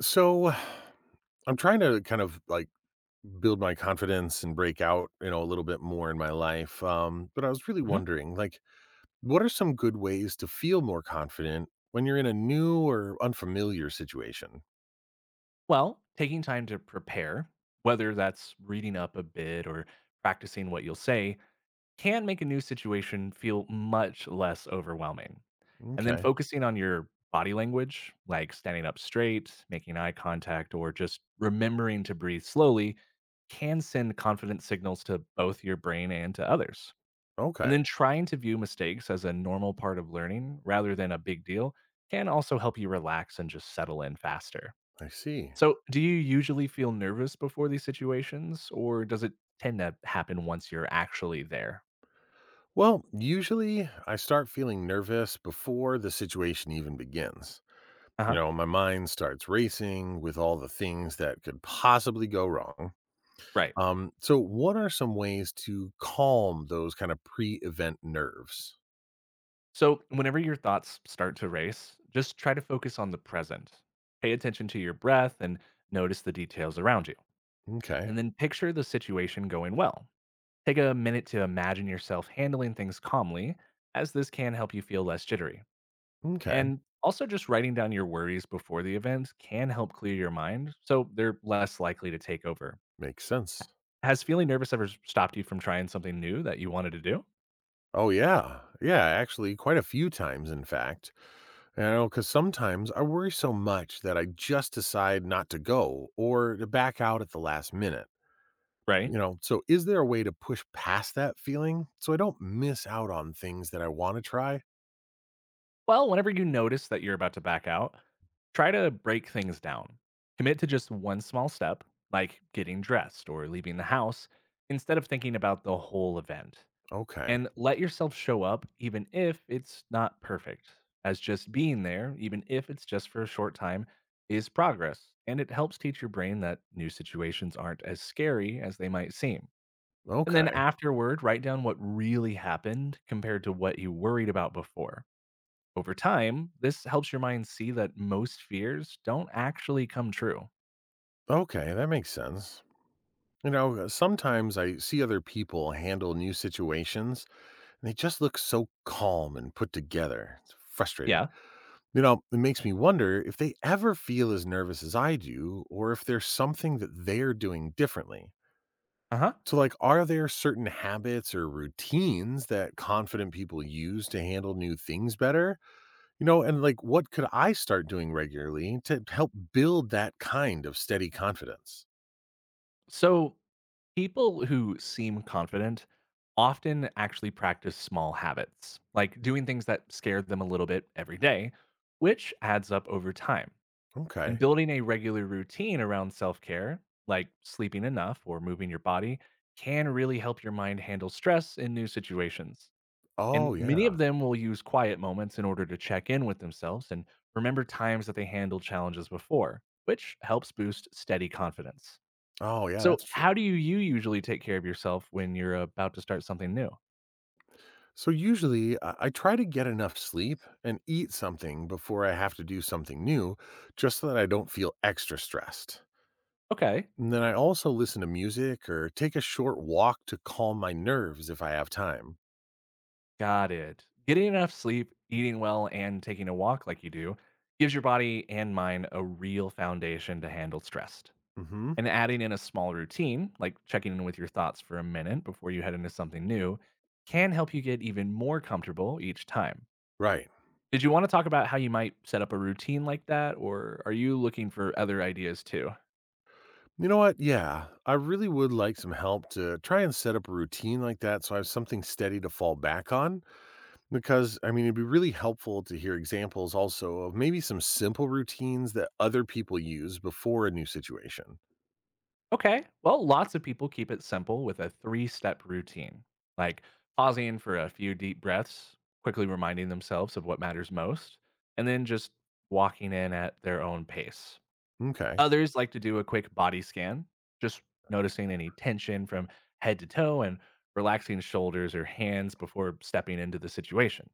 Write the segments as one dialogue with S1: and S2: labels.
S1: So I'm trying to kind of like build my confidence and break out, a little bit more in my life. But I was really
S2: Mhm.
S1: wondering, like, what are some good ways to feel more confident when you're in a new or unfamiliar situation?
S2: Well, taking time to prepare, whether that's reading up a bit or practicing what you'll say, can make a new situation feel much less overwhelming. And then
S1: Okay.
S2: focusing on your body language, like standing up straight, making eye contact, or just remembering to breathe slowly, can send confidence signals to both your brain and to others.
S1: Okay.
S2: And then trying to view mistakes as a normal part of learning rather than a big deal can also help you relax and just settle in faster.
S1: I see.
S2: So, do you usually feel nervous before these situations, or does it tend to happen once you're actually there?
S1: Well, usually I start feeling nervous before the situation even begins.
S2: Uh huh.
S1: My mind starts racing with all the things that could possibly go wrong.
S2: Right.
S1: So what are some ways to calm those kind of pre-event nerves?
S2: So, whenever your thoughts start to race, just try to focus on the present. Pay attention to your breath and notice the details around you.
S1: Okay.
S2: And then picture the situation going well. Take a minute to imagine yourself handling things calmly, as this can help you feel less jittery.
S1: Okay.
S2: And also, just writing down your worries before the event can help clear your mind so they're less likely to take over.
S1: Makes sense.
S2: Has feeling nervous ever s stopped you from trying something new that you wanted to do?
S1: Oh yeah. Yeah, actually quite a few times in fact. Cuz sometimes I worry so much that I just decide not to go or to back out at the last minute.
S2: Right?
S1: So is there a way to push past that feeling so I don't miss out on things that I want to try?
S2: Well, whenever you notice that you're about to back out, try to break things down. Commit to just one small step, like getting dressed or leaving the house, instead of thinking about the whole event.
S1: Okay.
S2: And let yourself show up, even if it's not perfect, as just being there, even if it's just for a short time, is progress. And it helps teach your brain that new situations aren't as scary as they might seem. And then
S1: Okay.
S2: afterward, write down what really happened compared to what you worried about before. Over time, this helps your mind see that most fears don't actually come true.
S1: Okay, that makes sense. Sometimes I see other people handle new situations and they just look so calm and put together. It's frustrating.
S2: Yeah.
S1: It makes me wonder if they ever feel as nervous as I do or if there's something that they're doing differently.
S2: Uh huh.
S1: So, like, are there certain habits or routines that confident people use to handle new things better? And like, what could I start doing regularly to help build that kind of steady confidence?
S2: So, people who seem confident often actually practice small habits, like doing things that scare them a little bit every day, which adds up over time.
S1: Okay.
S2: And building a regular routine around self care, like sleeping enough or moving your body, can really help your mind handle stress in new situations.
S1: Oh,
S2: And many
S1: yeah.
S2: of them will use quiet moments in order to check in with themselves and remember times that they handled challenges before, which helps boost steady confidence.
S1: Oh, yeah,
S2: So,
S1: that's true.
S2: how do you usually take care of yourself when you're about to start something new?
S1: So usually I try to get enough sleep and eat something before I have to do something new, just so that I don't feel extra stressed.
S2: Okay.
S1: And then I also listen to music or take a short walk to calm my nerves if I have time.
S2: Got it. Getting enough sleep, eating well, and taking a walk like you do gives your body and mind a real foundation to handle stress.
S1: Hmm.
S2: And adding in a small routine, like checking in with your thoughts for a minute before you head into something new, can help you get even more comfortable each time.
S1: Right.
S2: Did you want to talk about how you might set up a routine like that, or are you looking for other ideas too?
S1: You know what? Yeah, I really would like some help to try and set up a routine like that so I have something steady to fall back on. Because, I mean, it'd be really helpful to hear examples also of maybe some simple routines that other people use before a new situation.
S2: Okay. Well, lots of people keep it simple with a three step routine, like pausing for a few deep breaths, quickly reminding themselves of what matters most, and then just walking in at their own pace.
S1: Okay.
S2: Others like to do a quick body scan, just noticing any tension from head to toe and relaxing shoulders or hands before stepping into the situation.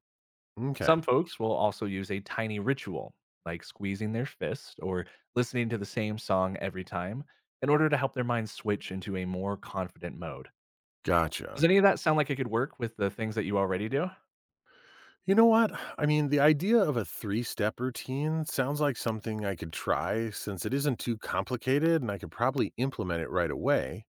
S1: Okay,
S2: Some folks will also use a tiny ritual, like squeezing their fist or listening to the same song every time, in order to help their mind switch into a more confident mode.
S1: gotcha.
S2: Does any of that sound like it could work with the things that you already do?
S1: You know what? I mean, the idea of a three step routine sounds like something I could try since it isn't too complicated and I could probably implement it right away.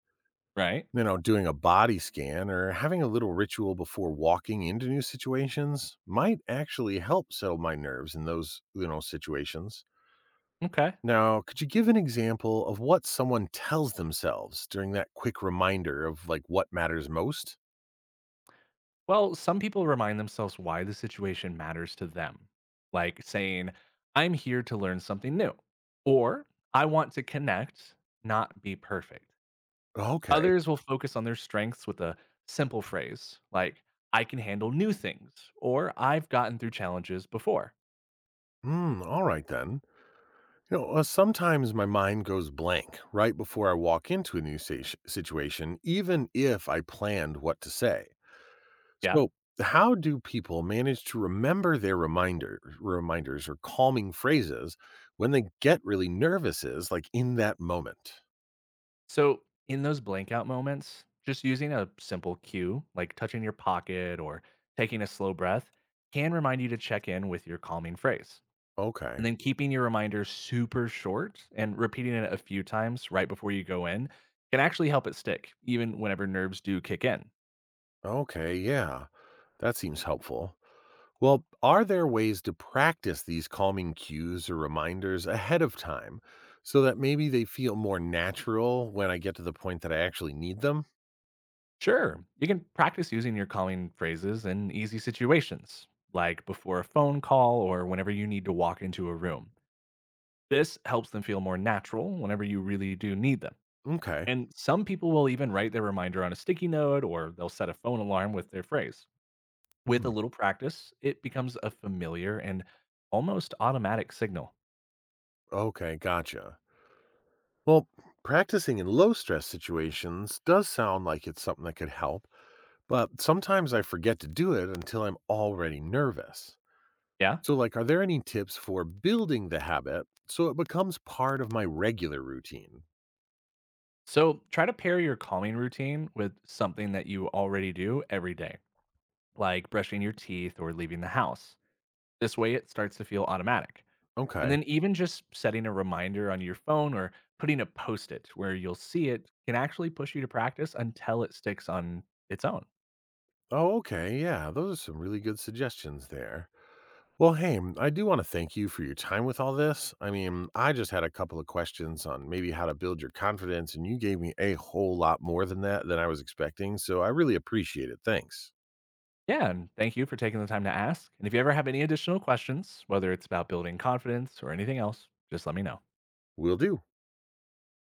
S2: Right.
S1: Doing a body scan or having a little ritual before walking into new situations might actually help settle my nerves in those, you know, situations.
S2: Okay.
S1: Now, could you give an example of what someone tells themselves during that quick reminder of like what matters most?
S2: Well, some people remind themselves why the situation matters to them, like saying, "I'm here to learn something new," or "I want to connect, not be perfect."
S1: Okay.
S2: Others will focus on their strengths with a simple phrase like, "I can handle new things," or "I've gotten through challenges before."
S1: Hmm. All right then. Sometimes my mind goes blank right before I walk into a new situation, even if I planned what to say.
S2: Yeah.
S1: So, how do people manage to remember their reminders or calming phrases when they get really nervous, is like in that moment?
S2: So, in those blank out moments, just using a simple cue, like touching your pocket or taking a slow breath, can remind you to check in with your calming phrase.
S1: Okay.
S2: And then keeping your reminder super short and repeating it a few times right before you go in can actually help it stick, even whenever nerves do kick in.
S1: Okay. Yeah. That seems helpful. Well, are there ways to practice these calming cues or reminders ahead of time so that maybe they feel more natural when I get to the point that I actually need them?
S2: Sure, you can practice using your calling phrases in easy situations, like before a phone call or whenever you need to walk into a room. This helps them feel more natural whenever you really do need them.
S1: Okay.
S2: And some people will even write their reminder on a sticky note or they'll set a phone alarm with their phrase. With a
S1: Hmm.
S2: little practice, it becomes a familiar and almost automatic signal.
S1: Okay, gotcha. Well, practicing in low stress situations does sound like it's something that could help, but sometimes I forget to do it until I'm already nervous.
S2: Yeah.
S1: So, like, are there any tips for building the habit so it becomes part of my regular routine?
S2: So try to pair your calming routine with something that you already do every day, like brushing your teeth or leaving the house. This way, it starts to feel automatic. And
S1: Okay.
S2: then, even just setting a reminder on your phone or putting a post it where you'll see it can actually push you to practice until it sticks on its own.
S1: Oh, okay. Yeah, those are some really good suggestions there. Well, hey, I do want to thank you for your time with all this. I mean, I just had a couple of questions on maybe how to build your confidence, and you gave me a whole lot more than that than I was expecting. So I really appreciate it. Thanks.
S2: Yeah, and thank you for taking the time to ask. And if you ever have any additional questions, whether it's about building confidence or anything else, just let me know.
S1: Will do.